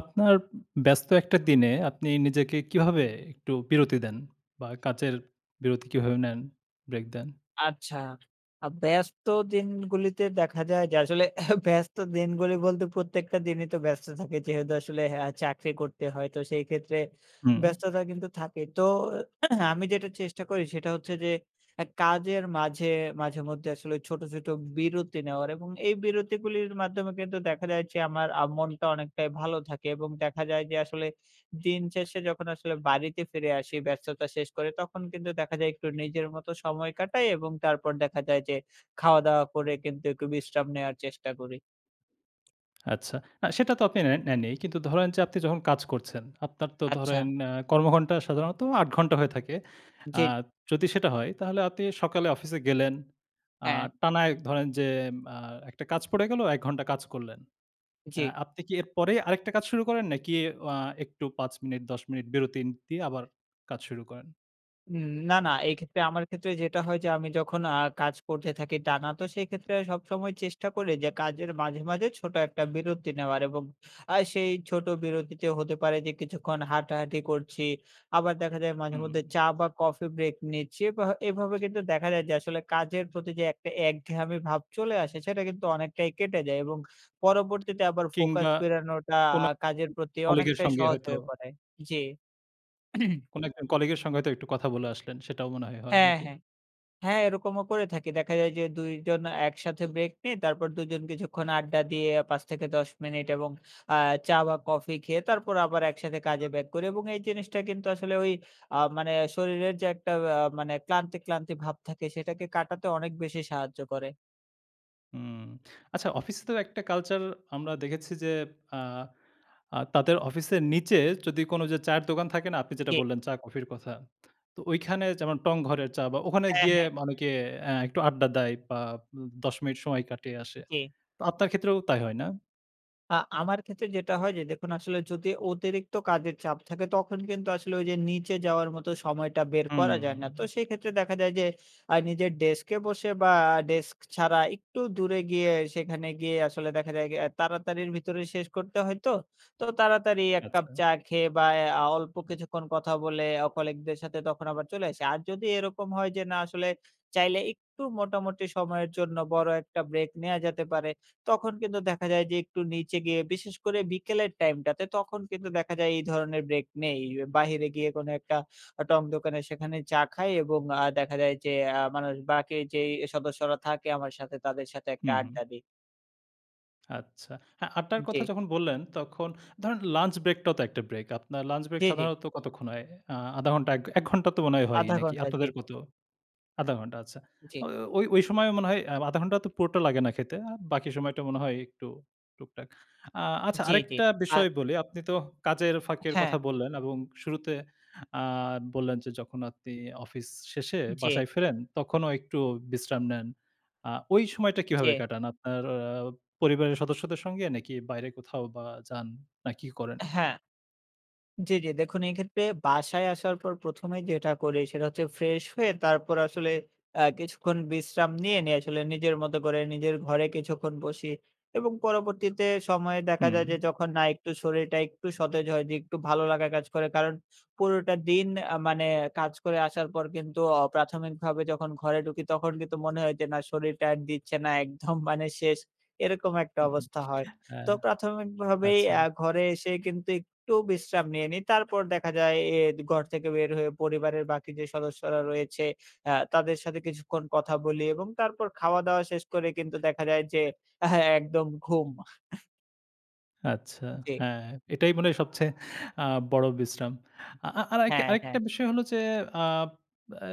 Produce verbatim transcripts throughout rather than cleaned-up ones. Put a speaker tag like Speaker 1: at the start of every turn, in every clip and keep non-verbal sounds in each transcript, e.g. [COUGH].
Speaker 1: আপনার ব্যস্ত একটা দিনে আপনি নিজেকে কিভাবে একটু বিরতি দেন? বা কাজের বিরতি কিভাবে নেন? ব্রেক দেন?
Speaker 2: আচ্ছা। আ ব্যস্ত দিনগুলিতে দেখা যায় যে আসলে [LAUGHS] ব্যস্ত দিনগুলি বলতে প্রত্যেকটা দিনই তো ব্যস্ত থাকে। যেহেতু আসলে হ্যাঁ, চাকরি করতে হয়। তো সেই ক্ষেত্রে
Speaker 1: হুম,
Speaker 2: ব্যস্ততা কিন্তু থাকে। তো [CLEARS THROAT] আমি যেটা চেষ্টা করি সেটা হচ্ছে যে আ কাজের মাঝে মাঝেমধ্যে আসলে ছোট, ছোট বিরতি নেওয়ার এবং এই বিরতিগুলির মাধ্যমে কিন্তু দেখা যায় যে আমার আ মনটা অনেকটাই ভালো থাকে এবং দেখা যায় যে আসলে দিন শেষে যখন আসলে বাড়িতে ফিরে আসি ব্যস্ততা শেষ করে, তখন কিন্তু দেখা যায় একটু নিজের মতো সময় কাটাই এবং তারপর দেখা যায় যে খাওয়া-দাওয়া করে কিন্তু একটু বিশ্রাম নেওয়ার চেষ্টা করি।
Speaker 1: আচ্ছা। না সেটা তো আপনি নেন নেনই। কিন্তু ধরেন যে আপনি যখন কাজ করছেন, আপনার তো
Speaker 2: আচ্ছা।
Speaker 1: ধরেন আ কর্মঘন্টা সাধারণত আট ঘন্টা হয়ে থাকে। আ
Speaker 2: জি, জি,
Speaker 1: যদি সেটা হয় তাহলে আপনি সকালে অফিসে গেলেন। আ
Speaker 2: হ্যাঁ,
Speaker 1: টানা এক ধরেন যে আ একটা কাজ পড়ে গেল, এক ঘন্টা কাজ করলেন।
Speaker 2: জি।
Speaker 1: আ আপনি কি এরপরেই আরেকটা কাজ শুরু করেন নাকি আ একটু পাঁচ মিনিট দশ মিনিট বিরতি দিয়ে আবার কাজ শুরু করেন?
Speaker 2: উম না, না। এক্ষেত্রে আমার ক্ষেত্রে যেটা হয় যে আমি যখন আ কাজ করতে থাকি টানা, তো সেক্ষেত্রে সবসময় চেষ্টা করি যে কাজের মাঝে, মাঝে ছোট একটা বিরতি নেওয়ার এবং আ সেই ছোট বিরতিতে হতে পারে যে কিছুক্ষণ হাঁটাহাঁটি করছি। আবার দেখা যায় মাঝে
Speaker 1: হুম।
Speaker 2: মধ্যে চা বা কফি ব্রেক নিচ্ছি। এভা এভাবে কিন্তু দেখা যায় যে আসলে কাজের প্রতি যে একটা একঘেয়ামি ভাব চলে আসে সেটা কিন্তু অনেকটাই কেটে যায় এবং
Speaker 1: কি
Speaker 2: পরবর্তীতে আবার ফোকাস
Speaker 1: কিংবা
Speaker 2: ফেরানোটা
Speaker 1: কোনো
Speaker 2: আ কাজের প্রতি
Speaker 1: কলিগের
Speaker 2: অনেকটাই
Speaker 1: সঙ্গে
Speaker 2: সহজ
Speaker 1: হয়তো
Speaker 2: হয়ে পড়ে। জি। [CLEARS THROAT]
Speaker 1: কোনো একজন কলিগের সঙ্গে হয়তো একটু কথা বলে আসলেন। সেটাও মনে হয়, হয়
Speaker 2: হ্যাঁ,
Speaker 1: নাকি?
Speaker 2: হ্যাঁ। হ্যাঁ, এরকমও করে থাকি। দেখা যায় যে দুই জন একসাথে ব্রেক নিই। তারপর দুই জন কিছুক্ষণ আড্ডা দিয়ে পাঁচ থেকে দশ মিনিট এবং আ চা বা কফি খেয়ে তারপর আবার একসাথে কাজে ব্যাক করি এবং এই জিনিসটা কিন্তু আসলে ওই আ মানে শরীরের যে একটা আ মানে ক্লান্তি, ক্লান্তি ভাব থাকে সেটাকে কাটাতে অনেক বেশি সাহায্য করে।
Speaker 1: হুম। আচ্ছা, অফিসে তো একটা কালচার আমরা দেখেছি যে আ আ তাদের অফিসের নিচে যদি কোনো যে চায়ের দোকান থাকে না? আপনি যেটা
Speaker 2: জি।
Speaker 1: বললেন চা কফির কথা। তো ওইখানে যেমন টং ঘরের চা বা ওখানে
Speaker 2: হ্যাঁ,
Speaker 1: গিয়ে
Speaker 2: হ্যাঁ।
Speaker 1: অনেকে অ্যা একটু আড্ডা দেয় বা উম দশ মিনিট সময় কাটিয়ে আসে।
Speaker 2: জি।
Speaker 1: তো আপনার ক্ষেত্রেও তাই হয় না?
Speaker 2: আ আমার ক্ষেত্রে যেটা হয় যে দেখুন আসলে যদি অতিরিক্ত কাজের চাপ থাকে তখন কিন্তু আসলে ওই যে নিচে যাওয়ার মতো সময়টা বের
Speaker 1: হুম,
Speaker 2: করা যায় না।
Speaker 1: হুম।
Speaker 2: তো সেই ক্ষেত্রে দেখা যায় যে আ নিজের ডেস্কে বসে বা ডেস্ক ছাড়া একটু দূরে গিয়ে সেখানে গিয়ে আসলে দেখা যায় আ তাড়াতাড়ির ভিতরে শেষ করতে হয় তো। তো তাড়াতাড়ি এক কাপ
Speaker 1: আচ্ছা।
Speaker 2: চা খেয়ে বা আ অল্প কিছুক্ষণ কথা বলে আ কলিগদের সাথে তখন আবার চলে আসি। আর যদি এরকম হয় যে না আসলে চাইলে একটু মোটামুটি সময়ের জন্য বড় একটা ব্রেক নেয়া যেতে পারে। তখন কিন্তু দেখা যায় যে একটু নিচে গিয়ে বিশেষ করে বিকেলের টাইমটাতে তখন কিন্তু দেখা যায় এই ধরনের ব্রেক নেই। বাহিরে গিয়ে কোনো একটা আ টং দোকানে সেখানে চা খাই এবং আ দেখা যায় যে আ মানুষ বাকি যেই সদস্যরা থাকে আমার সাথে তাদের সাথে একটা
Speaker 1: হুম, হুম।
Speaker 2: আড্ডা দিই।
Speaker 1: আচ্ছা। হ্যাঁ, আড্ডার
Speaker 2: জি,
Speaker 1: কথা যখন বললেন, তখন ধরেন লাঞ্চ ব্রেকটাও তো একটা ব্রেক। আপনার লাঞ্চ ব্রেক
Speaker 2: জি, জি।
Speaker 1: সাধারণত কতক্ষণ হয়? আ শূন্য দশমিক পাঁচ ঘন্টা, এক ঘন্টা তো মনে হয় হয়ই
Speaker 2: আধা
Speaker 1: নাকি?
Speaker 2: ঘন্টা জি,
Speaker 1: আপনাদের কত? শূন্য দশমিক পাঁচ ঘন্টা আচ্ছা।
Speaker 2: জি,
Speaker 1: ও ওই ওই সময় মনে হয় আ শূন্য দশমিক পাঁচ ঘন্টা তো পুরোটা লাগে না খেতে। আ বাকি সময়টা মনে হয় একটু টুকটাক। আ আচ্ছা,
Speaker 2: জি, জি।
Speaker 1: আরেকটা
Speaker 2: আ
Speaker 1: বিষয় বলি। আপনি তো কাজের ফাঁকের
Speaker 2: হ্যাঁ,
Speaker 1: কথা বললেন এবং শুরুতে আ বললেন যে যখন আপনি অফিস শেষে
Speaker 2: জি,
Speaker 1: বাসায় ফেরেন তখনও একটু বিশ্রাম নেন। আ ওই সময়টা
Speaker 2: জি,
Speaker 1: কিভাবে কাটান? আপনার আ পরিবারের সদস্যদের সঙ্গে নাকি বাইরে কোথাও বা যান? না কি করেন?
Speaker 2: হ্যাঁ। জি, জি। দেখুন এক্ষেত্রে বাসায় আসার পর ১ম এ যেটা করি সেটা হচ্ছে ফ্রেশ হয়ে তারপর আসলে আ কিছুক্ষণ বিশ্রাম নিয়ে, নিয়ে আসলে নিজের মতো করে নিজের ঘরে কিছুক্ষণ বসি এবং পরবর্তীতে সময়ে দেখা
Speaker 1: হুম,
Speaker 2: যায় যে যখন না একটু শরীরটা একটু সতেজ হয় যে একটু ভালো লাগা কাজ করে। কারণ পুরোটা দিন আ মানে কাজ করে আসার পর কিন্তু অ প্রাথমিকভাবে যখন ঘরে ঢুকি তখন কিন্তু মনে হয় যে না শরীরটা আর দিচ্ছে না একদম মানে শেষ এরকম একটা
Speaker 1: হুম, হুম।
Speaker 2: অবস্থা হয়। তো
Speaker 1: হ্যাঁ,
Speaker 2: প্রাথমিকভাবেই
Speaker 1: আচ্ছা।
Speaker 2: আ ঘরে এসে কিন্তু একটু বিশ্রাম নিয়ে নিই। তারপর দেখা যায় এ ঘর থেকে বের হয়ে পরিবারের বাকি যে সদস্যরা রয়েছে আ তাদের সাথে কিছুক্ষণ কথা বলি এবং তারপর খাওয়া-দাওয়া শেষ করে কিন্তু দেখা যায় যে হ্যাঁ, একদম ঘুম।
Speaker 1: আচ্ছা,
Speaker 2: জি।
Speaker 1: হ্যাঁ, এটাই মনে হয় সবচেয়ে আ বড় বিশ্রাম। আ আ আরেক
Speaker 2: হ্যাঁ, হ্যাঁ,
Speaker 1: আরেকটা বিষয় হলো যে আ আ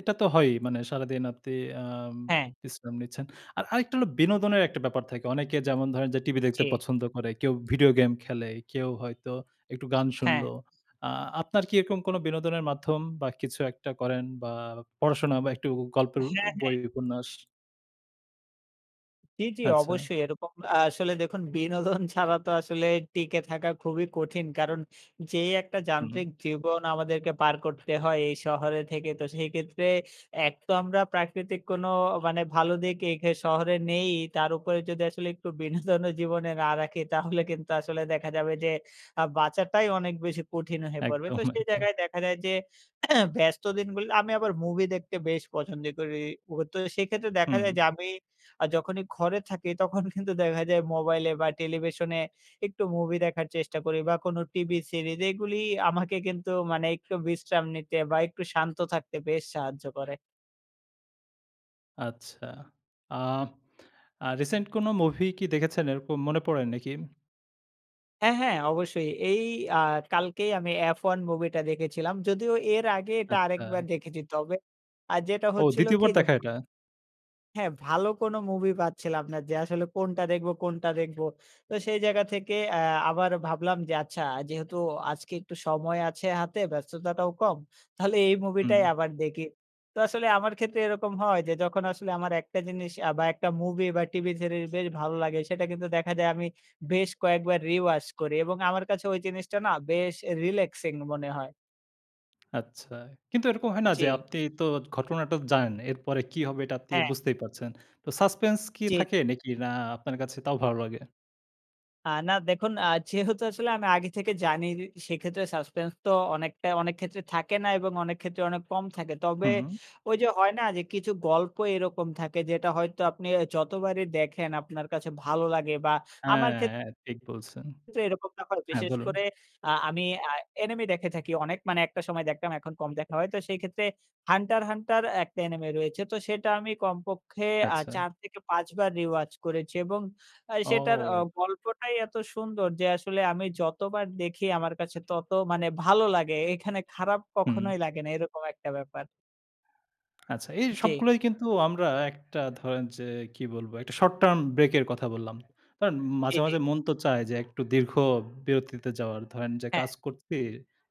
Speaker 1: এটা তো হয়ই, মানে সারাদিন আপনি আম
Speaker 2: হ্যাঁ,
Speaker 1: বিশ্রাম নিচ্ছেন। আর আরেকটা হলো বিনোদনের একটা ব্যাপার থাকে। অনেকে যেমন ধরেন যে টিভি
Speaker 2: জি।
Speaker 1: দেখতে পছন্দ করে, কেউ ভিডিও গেম খেলে, কেউ হয়তো একটু গান
Speaker 2: হ্যাঁ,
Speaker 1: শুনলো। আ আপনার কি এরকম কোনো বিনোদনের মাধ্যম বা কিছু একটা করেন বা পড়াশোনা বা একটু গল্পের
Speaker 2: হ্যাঁ।
Speaker 1: বই, উপন্যাস?
Speaker 2: জি, জি,
Speaker 1: আচ্ছা,
Speaker 2: অবশ্যই এরকম আ আসলে দেখুন বিনোদন ছাড়া তো আসলে টিকে থাকা খুবই কঠিন। কারণ যেই একটা
Speaker 1: হুম,
Speaker 2: যান্ত্রিক জীবন আমাদেরকে পার করতে হয় এই শহরে থেকে, তো সেই ক্ষেত্রে এক তো আমরা প্রাকৃতিক কোনো মানে ভালো দিক এই খে শহরে নেই। তার উপরে যদি আসলে একটু বিনোদনও জীবনে না রাখি তাহলে কিন্তু আসলে দেখা যাবে যে আ বাঁচাটাই অনেক বেশি কঠিন হয়ে পড়বে। তো
Speaker 1: একদম,
Speaker 2: সেই
Speaker 1: একদম।
Speaker 2: জায়গায় দেখা যায় যে [CLEARS THROAT] ব্যস্ত দিনগুলো আমি আবার মুভি দেখতে বেশ পছন্দ করি। ও তো সেক্ষেত্রে দেখা
Speaker 1: হুম।
Speaker 2: যায় যে আমি আর যখনই ঘরে থাকি তখন কিন্তু দেখা যায় মোবাইলে বা টেলিভিশনে একটু মুভি দেখার চেষ্টা করি বা কোনো টিভি সিরিজ এগুলি আমাকে কিন্তু মানে একটু বিশ্রাম নিতে বা একটু শান্ত থাকতে বেশ সাহায্য করে।
Speaker 1: আচ্ছা। আ আ রিসেন্ট কোনো মুভি কি দেখেছেন এরকম মনে পড়ে নাকি?
Speaker 2: হ্যাঁ, হ্যাঁ অবশ্যই। এই আ কালকেই আমি 'এফ ওয়ান' মুভিটা দেখেছিলাম। যদিও এর আগে এটা
Speaker 1: আচ্ছা।
Speaker 2: আরেকবার দেখেছি। তবে আর যেটা
Speaker 1: ও,
Speaker 2: হচ্ছিল
Speaker 1: দ্বিতীয়
Speaker 2: কি
Speaker 1: বার
Speaker 2: যে
Speaker 1: দেখা এটা?
Speaker 2: হ্যাঁ, ভালো কোনো মুভি পাচ্ছিলাম না যে আসলে কোনটা দেখব, কোনটা দেখব। তো সেই জায়গা থেকে অ্যা আবার ভাবলাম যে আচ্ছা যেহেতু আজকে একটু সময় আছে হাতে, ব্যস্ততাটাও কম, তাহলে এই
Speaker 1: হুম।
Speaker 2: মুভিটাই আবার দেখি। তো আসলে আমার ক্ষেত্রে এরকম হয় যে যখন আসলে আমার একটা জিনিস আ বা একটা মুভি বা টিভি সিরিজ বেশ ভালো লাগে সেটা কিন্তু দেখা যায় আমি বেশ কয়েকবার রিওয়াচ করি এবং আমার কাছে ওই জিনিসটা না বেশ রিল্যাক্সিং মনে হয়।
Speaker 1: আচ্ছা। কিন্তু এরকম হয় না
Speaker 2: জি,
Speaker 1: যে আপনি তো ঘটনাটা জানেন। এরপরে কি হবে এটা আপনি
Speaker 2: হ্যাঁ,
Speaker 1: বুঝতেই পারছেন। তো সাসপেন্স কি
Speaker 2: জি।
Speaker 1: থাকে নাকি না আপনার কাছে তাও ভালো লাগে?
Speaker 2: আ না দেখুন আ যেহেতু আসলে আমি আগে থেকে জানি সেক্ষেত্রে সাসপেন্স তো অনেকটা অনেক ক্ষেত্রে থাকে না এবং অনেক ক্ষেত্রে অনেক কম থাকে। তবে
Speaker 1: হুম।
Speaker 2: ওই যে হয় না যে কিছু গল্প এরকম থাকে যেটা হয়তো আপনি যতবারই দেখেন আপনার কাছে ভালো লাগে বা আমার ক্ষেত্রে
Speaker 1: হ্যাঁ, ঠিক বলছেন।
Speaker 2: ক্ষেত্রে এরকমটা হয়।
Speaker 1: হ্যাঁ,
Speaker 2: বিশেষ
Speaker 1: বলুন।
Speaker 2: করে আ আমি আ এনিমে দেখে থাকি অনেক মানে একটা সময় দেখতাম এখন কম দেখা হয়। তো সেই ক্ষেত্রে 'হান্টার হান্টার' একটা এনিমে রয়েছে। তো সেটা আমি কমপক্ষে আ
Speaker 1: আচ্ছা।
Speaker 2: চার থেকে পাঁচ বার রিওয়াচ করেছি এবং আ সেটার আ
Speaker 1: ও!
Speaker 2: গল্পটাই এত সুন্দর যে আসলে আমি যতবার দেখি আমার কাছে তত মানে ভালো লাগে। এখানে খারাপ
Speaker 1: হুম।
Speaker 2: কখনোই লাগে না এরকম একটা ব্যাপার।
Speaker 1: আচ্ছা, এই
Speaker 2: জি,
Speaker 1: সবগুলোই কিন্তু আমরা একটা ধরেন যে কি বলবো? একটা শর্ট টার্ম ব্রেক এর কথা বললাম। কারণ
Speaker 2: জি,
Speaker 1: মাঝে,
Speaker 2: জি।
Speaker 1: মাঝে মন তো চায় যে একটু দীর্ঘ বিরতিতে যাওয়ার। ধরেন যে
Speaker 2: হ্যাঁ,
Speaker 1: কাজ করছি,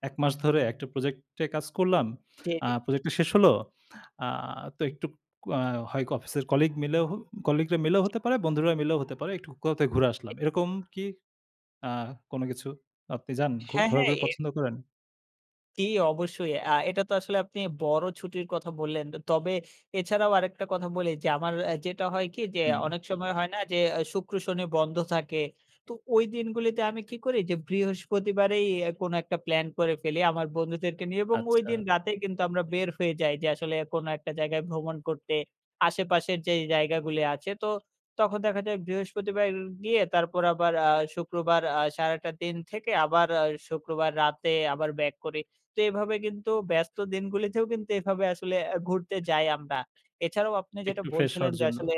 Speaker 1: এক মাস ধরে একটা প্রজেক্টে কাজ করলাম।
Speaker 2: জি,
Speaker 1: আ
Speaker 2: জি,
Speaker 1: প্রজেক্টটা শেষ হলো। আ তো একটু আ হয় অফিসের কলিগ মিলেও হো কলিগরা মিলেও হতে পারে, বন্ধুরা মিলেও হতে পারে। একটু কোথাও ঘুরে
Speaker 2: জি।
Speaker 1: আসলাম। এরকম কি আ কোনো কিছু আপনি যান? ঘু
Speaker 2: হ্যাঁ, হ্যাঁ।
Speaker 1: ঘোরাঘুরি পছন্দ করেন?
Speaker 2: জি, অবশ্যই। আ এটা তো আসলে আপনি বড় ছুটির কথা বললেন। তবে এছাড়াও আরেকটা কথা বলি যে আমার আ যেটা হয় কি যে
Speaker 1: হুম,
Speaker 2: অনেক সময় হয় না যে আ শুক্র, শনি বন্ধ থাকে। তো ওই দিনগুলিতে আমি কি করি যে বৃহস্পতিবারেই আ কোনো একটা প্ল্যান করে ফেলি আমার বন্ধুদেরকে নিয়ে এবং
Speaker 1: আচ্ছা।
Speaker 2: ওইদিন রাতেই কিন্তু আমরা বের হয়ে যাই যে আসলে কোনো একটা জায়গায় ভ্রমণ করতে। আশেপাশের যে জায়গাগুলি আছে তো তখন দেখা যায় বৃহস্পতিবার গিয়ে তারপর আবার আ শুক্রবার আ সারাটা দিন থেকে আবার আ শুক্রবার রাতে আবার ব্যাক করি। তো এভাবে কিন্তু ব্যস্ত দিনগুলিতেও কিন্তু এভাবে আসলে আ ঘুরতে যাই আমরা। এছাড়াও আপনি যেটা
Speaker 1: একটু ফ্রেশ
Speaker 2: বলছিলেন
Speaker 1: হওয়ার
Speaker 2: যে
Speaker 1: জন্য।
Speaker 2: আসলে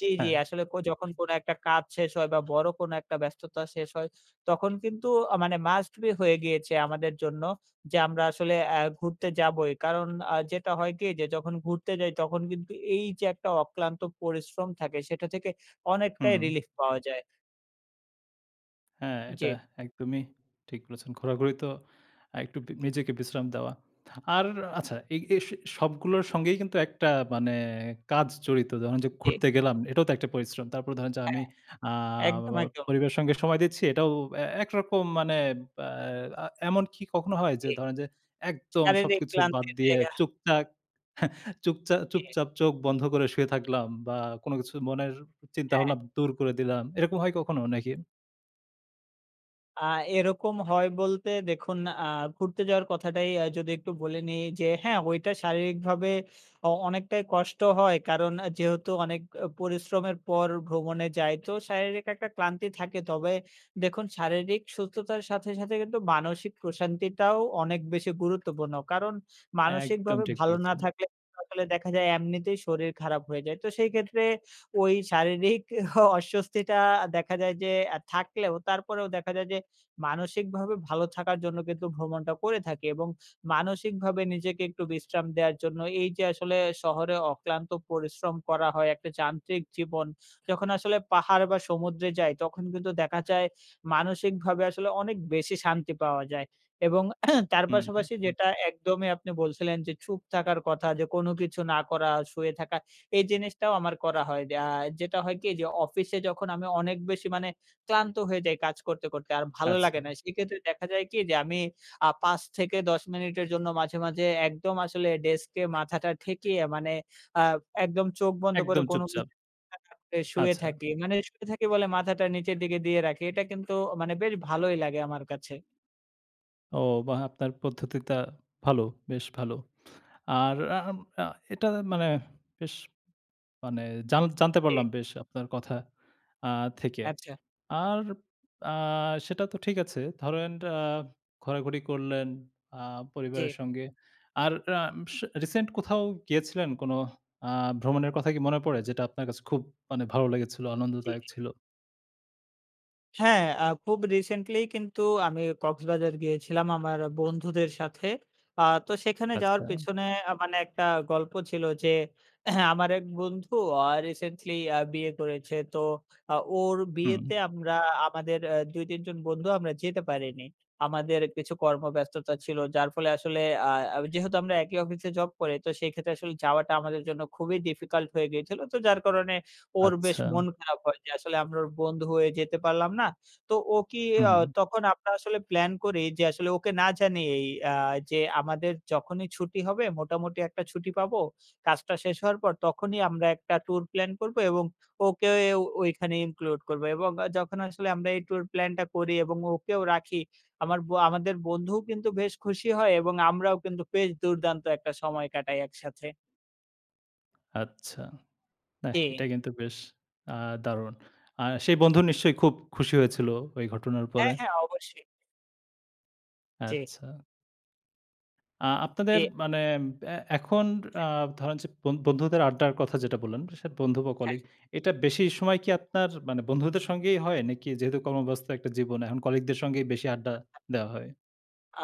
Speaker 2: জি, জি,
Speaker 1: হ্যাঁ,
Speaker 2: আসলে কো যখন কোনো একটা কাজ শেষ হয় বা বড় কোনো একটা ব্যস্ততা শেষ হয়, তখন কিন্তু আ মানে মাস্ট বি হয়ে গিয়েছে আমাদের জন্য যে আমরা আসলে আ ঘুরতে যাবোই। কারণ আ যেটা হয় কি যে যখন ঘুরতে যাই তখন কিন্তু এই যে একটা অক্লান্ত পরিশ্রম থাকে সেটা থেকে অনেকটাই
Speaker 1: হুম।
Speaker 2: রিলিফ পাওয়া যায়।
Speaker 1: হ্যাঁ,
Speaker 2: জি,
Speaker 1: এটা একদমই ঠিক বলেছেন। ঘোরাঘুরি তো আ একটু বি নিজেকে বিশ্রাম দেওয়া। আর আচ্ছা, এই এই স সবগুলোর সঙ্গেই কিন্তু একটা মানে কাজ জড়িত। ধরেন যে
Speaker 2: জি,
Speaker 1: ঘুরতে গেলাম, এটাও তো একটা পরিশ্রম। তারপরে ধরেন যে আমি
Speaker 2: হ্যাঁ,
Speaker 1: আ
Speaker 2: একদম,
Speaker 1: বা
Speaker 2: একদম।
Speaker 1: পরিবারের সঙ্গে সময় দিচ্ছি, এটাও এ একরকম মানে আ আ এমন কি কখনো হয় যে
Speaker 2: জি,
Speaker 1: ধরেন যে একদম
Speaker 2: শারীরিক
Speaker 1: সবকিছু বাদ
Speaker 2: ক্লান্তির
Speaker 1: দিয়ে
Speaker 2: জায়গা।
Speaker 1: চুপচাপ [LAUGHS] চুপচাপ
Speaker 2: জি,
Speaker 1: চুপচাপ চোখ বন্ধ করে শুয়ে থাকলাম বা কোনো কিছু মনের
Speaker 2: হ্যাঁ।
Speaker 1: চিন্তাভাবনা দূর করে দিলাম। এরকম হয় কখনো নাকি?
Speaker 2: আ এরকম হয় বলতে দেখুন আ ঘুরতে যাওয়ার কথাটাই আ যদি একটু বলে নিই যে হ্যাঁ, ওইটা শারীরিকভাবে অ অনেকটাই কষ্ট হয়। কারণ আ যেহেতু অনেক আ পরিশ্রমের পর ভ্রমণে যাই তো শারীরিক একটা ক্লান্তি থাকে। তবে দেখুন শারীরিক সুস্থতার সাথে, সাথে কিন্তু মানসিক প্রশান্তিটাও অনেক বেশি গুরুত্বপূর্ণ। কারণ
Speaker 1: একদম
Speaker 2: মানসিকভাবে
Speaker 1: ঠিক
Speaker 2: ভালো না
Speaker 1: বলেছেন।
Speaker 2: থাকলে আসলে দেখা যায় এমনিতেই শরীর খারাপ হয়ে যায়। তো সেই ক্ষেত্রে ওই শারীরিক [LAUGHS] অস্বস্তিটা দেখা যায় যে আ থাকলেও তারপরেও দেখা যায় যে মানসিকভাবে ভালো থাকার জন্য কিন্তু ভ্রমণটা করে থাকি এবং মানসিকভাবে নিজেকে একটু বিশ্রাম দেওয়ার জন্য এই যে আসলে শহরে অক্লান্ত পরিশ্রম করা হয়, একটা যান্ত্রিক জীবন। যখন আসলে পাহাড় বা সমুদ্রে যাই তখন কিন্তু দেখা যায় মানসিকভাবে আসলে অনেক বেশি শান্তি পাওয়া যায় এবং [CLEARS THROAT] তার
Speaker 1: হুম, হুম।
Speaker 2: পাশাপাশি হুম। যেটা একদমই আপনি বলছিলেন যে চুপ থাকার কথা যে কোনো কিছু না করা, শুয়ে থাকা এই জিনিসটাও আমার করা হয়। আ যেটা হয় কি যে অফিসে যখন আমি অনেক বেশি মানে ক্লান্ত হয়ে যাই কাজ করতে, করতে। আর ভালো লাগে
Speaker 1: আচ্ছা।
Speaker 2: না। সেক্ষেত্রে দেখা যায় কি যে আমি আ পাঁচ থেকে দশ মিনিটের জন্য মাঝে, মাঝে একদম আসলে ডেস্কে মাথাটা ঠেকিয়ে মানে আ একদম চোখ বন্ধ করে
Speaker 1: একদম
Speaker 2: কোনো
Speaker 1: চুপচাপ।
Speaker 2: কিছু না করে শুয়ে
Speaker 1: আচ্ছা।
Speaker 2: থাকি। মানে শুয়ে থাকি বলে মাথাটা নিচের দিকে দিয়ে রাখি। এটা কিন্তু মানে বেশ ভালোই লাগে আমার কাছে।
Speaker 1: ও, বাহ! আপনার পদ্ধতিটা ভালো, বেশ ভালো। আর আম আ এটা মানে বেশ মানে জান জানতে
Speaker 2: জি,
Speaker 1: পারলাম বেশ আপনার কথা আ থেকে।
Speaker 2: আচ্ছা।
Speaker 1: আর আ সেটা তো ঠিক আছে। ধরেন আ ঘোরাঘুরি করলেন আ
Speaker 2: জি।
Speaker 1: পরিবারের সঙ্গে। আর আম সে রিসেন্ট কোথাও গিয়েছিলেন কোনো আ ভ্রমণের কথা কি মনে পড়ে? যেটা আপনার কাছে খুব মানে ভালো লেগেছিল,
Speaker 2: জি।
Speaker 1: আনন্দদায়ক ছিল?
Speaker 2: হ্যাঁ, আ খুব রিসেন্টলি কিন্তু আমি কক্সবাজার গিয়েছিলাম আমার বন্ধুদের সাথে। আ তো সেখানে যাওয়ার
Speaker 1: আচ্ছা।
Speaker 2: পেছনে আ মানে একটা গল্প ছিল যে [CLEARS THROAT] আমার এক বন্ধু আ রিসেন্টলি আ বিয়ে করেছে। তো আ ওর
Speaker 1: হুম।
Speaker 2: বিয়েতে আমরা আমাদের আ দুই তিন জন বন্ধু আমরা যেতে পারিনি। আমাদের কিছু কর্মব্যস্ততা ছিল। যার ফলে আসলে আ আ যেহেতু আমরা একই অফিসে জব করি তো সেক্ষেত্রে আসলে যাওয়াটা আমাদের জন্য খুবই ডিফিকাল্ট হয়ে গিয়েছিল। তো যার কারণে ওর বেশ
Speaker 1: আচ্ছা।
Speaker 2: মন খারাপ হয় যে আসলে আমরা ওর বন্ধু হয়ে যেতে পারলাম না। তো ও কি
Speaker 1: হুম,
Speaker 2: আ
Speaker 1: হুম।
Speaker 2: তখন আমরা আসলে প্ল্যান করি যে আসলে ওকে না জানিয়েই আ যে আমাদের যখনই ছুটি হবে মোটামুটি একটা ছুটি পাবো। কাজটা শেষ হওয়ার পর তখনই আমরা একটা ট্যুর প্ল্যান করব এবং ওকেও ওইখানে ইনক্লুড করব এবং আ যখন আসলে আমরা এই ট্যুর প্ল্যানটা করি এবং ওকেও রাখি, আমার ব আমাদের বন্ধুও কিন্তু বেশ খুশি হয় এবং আমরাও কিন্তু বেশ দুর্দান্ত একটা সময় কাটাই একসাথে।
Speaker 1: আচ্ছা। নাহ,
Speaker 2: জি।
Speaker 1: এটা কিন্তু বেশ আ দারুণ। আ সেই বন্ধু নিশ্চয়ই খুব খুশি হয়েছিল ওই ঘটনার পরে?
Speaker 2: হ্যাঁ, হ্যাঁ অবশ্যই। জি,
Speaker 1: আচ্ছা। আ
Speaker 2: জি।
Speaker 1: আপনাদের মানে এ এখন আ ধরেন যে বন বন্ধুদের আড্ডার কথা যেটা বললেন, সে বন্ধু বা
Speaker 2: হ্যাঁ।
Speaker 1: কলিগ, এটা বেশি সময় কি আপনার মানে বন্ধুদের সঙ্গেই হয়? নাকি যেহেতু কর্মব্যস্ত একটা জীবন, এখন কলিগদের সঙ্গেই বেশি আড্ডা দেওয়া হয়?
Speaker 2: আ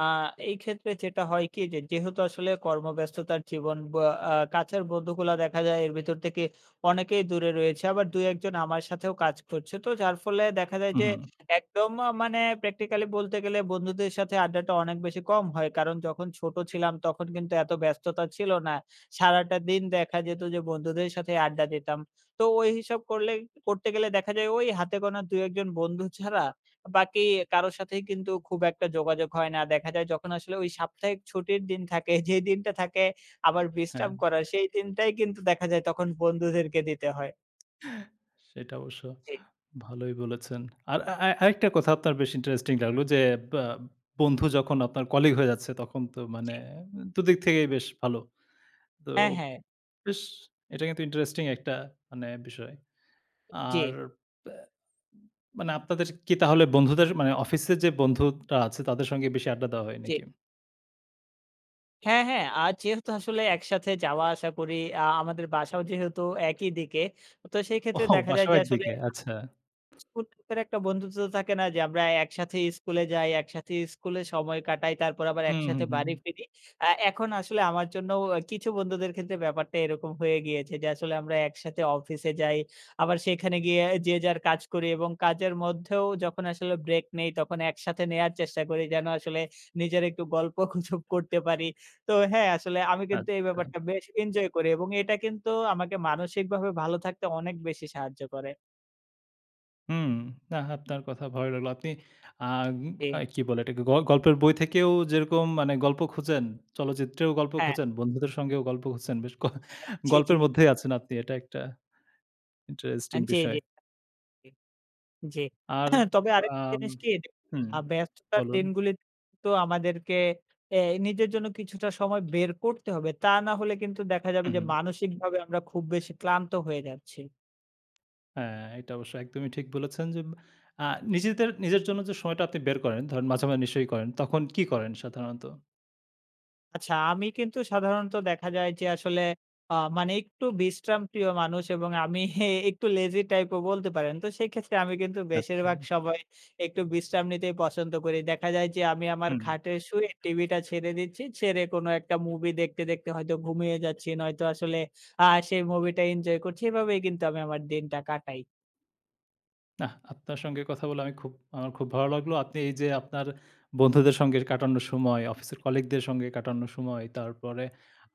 Speaker 2: এই ক্ষেত্রে যেটা হয় কি যে, যেহেতু আসলে কর্মব্যস্ততার জীবন বা আ কাছের বন্ধুগুলা দেখা যায় এর ভেতর থেকে অনেকেই দূরে রয়েছে। আবার দুই এক জন আমার সাথেও কাজ করছে। তো যার ফলে দেখা যায়
Speaker 1: হুম,
Speaker 2: যে
Speaker 1: হুম।
Speaker 2: একদম আ মানে প্র্যাকটিক্যালি বলতে গেলে বন্ধুদের সাথে আড্ডাটা অনেক বেশি কম হয়। কারণ যখন ছোট ছিলাম তখন কিন্তু এত ব্যস্ততা ছিল না। সারাটা দিন দেখা যেত যে বন্ধুদের সাথে আড্ডা দিতাম। তো ওই হিসাব করলে করতে গেলে দেখা যায় ওই হাতে গোনা দুই এক জন বন্ধু ছাড়া বাকি কারো সাথেই কিন্তু খুব একটা যোগাযোগ হয় না। দেখা যায় যখন আসলে ওই সাপ্তাহিক ছুটির দিন থাকে, [LAUGHS] যে দিনটা থাকে আবার
Speaker 1: হ্যাঁ।
Speaker 2: বিশ্রাম করার, সেই দিনটাই কিন্তু দেখা যায় তখন বন্ধুদেরকে দিতে হয়।
Speaker 1: সেটা অবশ্য
Speaker 2: জি,
Speaker 1: ভালোই বলেছেন। আর আ আ আরেকটা কথা আপনার বেশ ইন্টারেস্টিং লাগলো যে, বা বন্ধু যখন আপনার কলিগ হয়ে যাচ্ছে তখন তো
Speaker 2: জি।
Speaker 1: মানে দুদিক থেকেই বেশ ভালো। তো
Speaker 2: হ্যাঁ, হ্যাঁ।
Speaker 1: বেশ, এটা কিন্তু ইন্টারেস্টিং একটা মানে বিষয়।
Speaker 2: জি,
Speaker 1: আর ব্যা মানে আপনাদের কি তাহলে বন্ধুদের মানে অফিসে যে বন্ধুরা আছে তাদের সঙ্গে বেশি আড্ডা দেওয়া হয়
Speaker 2: জি।
Speaker 1: নাকি?
Speaker 2: হ্যাঁ, হ্যাঁ। আর যেহেতু আসলে একসাথে যাওয়া আসা করি, আ আমাদের বাসাও যেহেতু একই দিকে, তো সেই
Speaker 1: ও,
Speaker 2: ক্ষেত্রে দেখা যায়
Speaker 1: বাসাও
Speaker 2: যে আসলে
Speaker 1: একদিকে, আচ্ছা।
Speaker 2: বন্ধুত্বের একটা বন্ধুত্ব তো থাকে না যে আমরা একসাথে স্কুলে যাই, একসাথে স্কুলে সময় কাটাই, তারপর আবার
Speaker 1: হুম,
Speaker 2: একসাথে
Speaker 1: হুম, হুম।
Speaker 2: বাড়ি ফিরি। আ এখন আসলে আমার জন্য কিছু বন্ধুদের ক্ষেত্রে ব্যাপারটা এরকম হয়ে গিয়েছে যে আসলে আমরা একসাথে অফিসে যাই, আবার সেখানে গিয়ে যে যার কাজ করি এবং কাজের মধ্যেও যখন আসলে ব্রেক নেই তখন একসাথে নেয়ার চেষ্টা করি যেন আসলে নিজের একটু গল্পগুজব [LAUGHS] করতে পারি। তো হ্যাঁ, আসলে আমি কিন্তু এই
Speaker 1: আচ্ছা।
Speaker 2: ব্যাপারটা বেশ এনজয় করি এবং এটা কিন্তু আমাকে মানসিকভাবে ভালো থাকতে অনেক বেশি সাহায্য করে।
Speaker 1: হুম, না আপনার কথা ভালো লাগলো। আপনি আ
Speaker 2: জি,
Speaker 1: আ কি বলে এটাকে, গ গল্পের বই থেকেও যেরকম মানে গল্প খোঁজেন, চলচ্চিত্রেও গল্প
Speaker 2: হ্যাঁ।
Speaker 1: খোঁজেন, বন্ধুদের সঙ্গেও গল্প খুঁজছেন। বেশ গ
Speaker 2: জি, জি।
Speaker 1: গল্পের মধ্যেই আছেন আপনি। এটা একটা
Speaker 2: আ
Speaker 1: ইন্টারেস্টিং
Speaker 2: জি,
Speaker 1: বিষয়।
Speaker 2: জি, জি।
Speaker 1: আর
Speaker 2: হ্যাঁ, তবে আরেকটা
Speaker 1: আম
Speaker 2: জিনিস কি
Speaker 1: হুম,
Speaker 2: আ ব্যস্ততার
Speaker 1: বলুন।
Speaker 2: দিনগুলিতে তো আমাদেরকে এ নিজের জন্য কিছুটা সময় বের করতে হবে। তা না হলে কিন্তু দেখা যাবে
Speaker 1: হুম,
Speaker 2: যে
Speaker 1: হুম।
Speaker 2: মানসিকভাবে আমরা খুব বেশি ক্লান্ত হয়ে যাচ্ছি।
Speaker 1: হ্যাঁ, এটা অবশ্য একদমই ঠিক বলেছেন যে আ নিজেদের নিজের জন্য যে সময়টা আপনি বের করেন, ধরেন মাঝে, মাঝে নিশ্চয়ই করেন। তখন কি করেন সাধারণত?
Speaker 2: আচ্ছা, আমি কিন্তু সাধারণত দেখা যায় যে আসলে আ মানে একটু বিশ্রামপ্রিয় মানুষ এবং আমি [LAUGHS] একটু লেজি টাইপও বলতে পারেন। তো সেক্ষেত্রে আমি কিন্তু
Speaker 1: আচ্ছা।
Speaker 2: বেশিরভাগ সময় একটু বিশ্রাম নিতেই পছন্দ করি। দেখা যায় যে আমি আমার
Speaker 1: হুম।
Speaker 2: খাটে শুয়ে টিভিটা ছেড়ে দিচ্ছি। ছেড়ে কোনো একটা মুভি দেখতে, দেখতে হয়তো ঘুমিয়ে যাচ্ছি। নয়তো আসলে আ সেই মুভিটা এনজয় করছি। এভাবেই কিন্তু আমি আমার দিনটা কাটাই।
Speaker 1: নাহ, আপনার সঙ্গে কথা বলে আমি খুব আমার খুব ভালো লাগলো। আপনি এই যে আপনার বন্ধুদের সঙ্গে কাটানো সময়, অফিসের কলিগদের সঙ্গে কাটানো সময়, তারপরে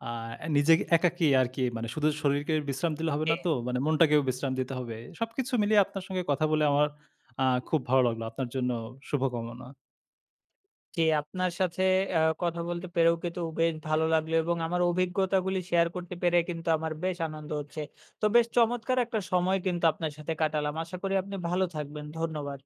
Speaker 1: আ নিজেকে একাকী আরকি, মানে শুধু শরীরকে বিশ্রাম দিলে হবে না তো, মানে মনটাকেও বিশ্রাম দিতে হবে। সবকিছু মিলিয়ে আপনার সঙ্গে কথা বলে আমার আ খুব ভালো লাগলো। আপনার জন্য শুভকামনা।
Speaker 2: জি, আপনার সাথে আ কথা বলতে পেরেও কিন্তু বেশ ভালো লাগলো এবং আমার অভিজ্ঞতাগুলি শেয়ার করতে পেরে কিন্তু আমার বেশ আনন্দ হচ্ছে। তো বেশ চমৎকার একটা সময় কিন্তু আপনার সাথে কাটালাম। আশা করি আপনি ভালো থাকবেন। ধন্যবাদ।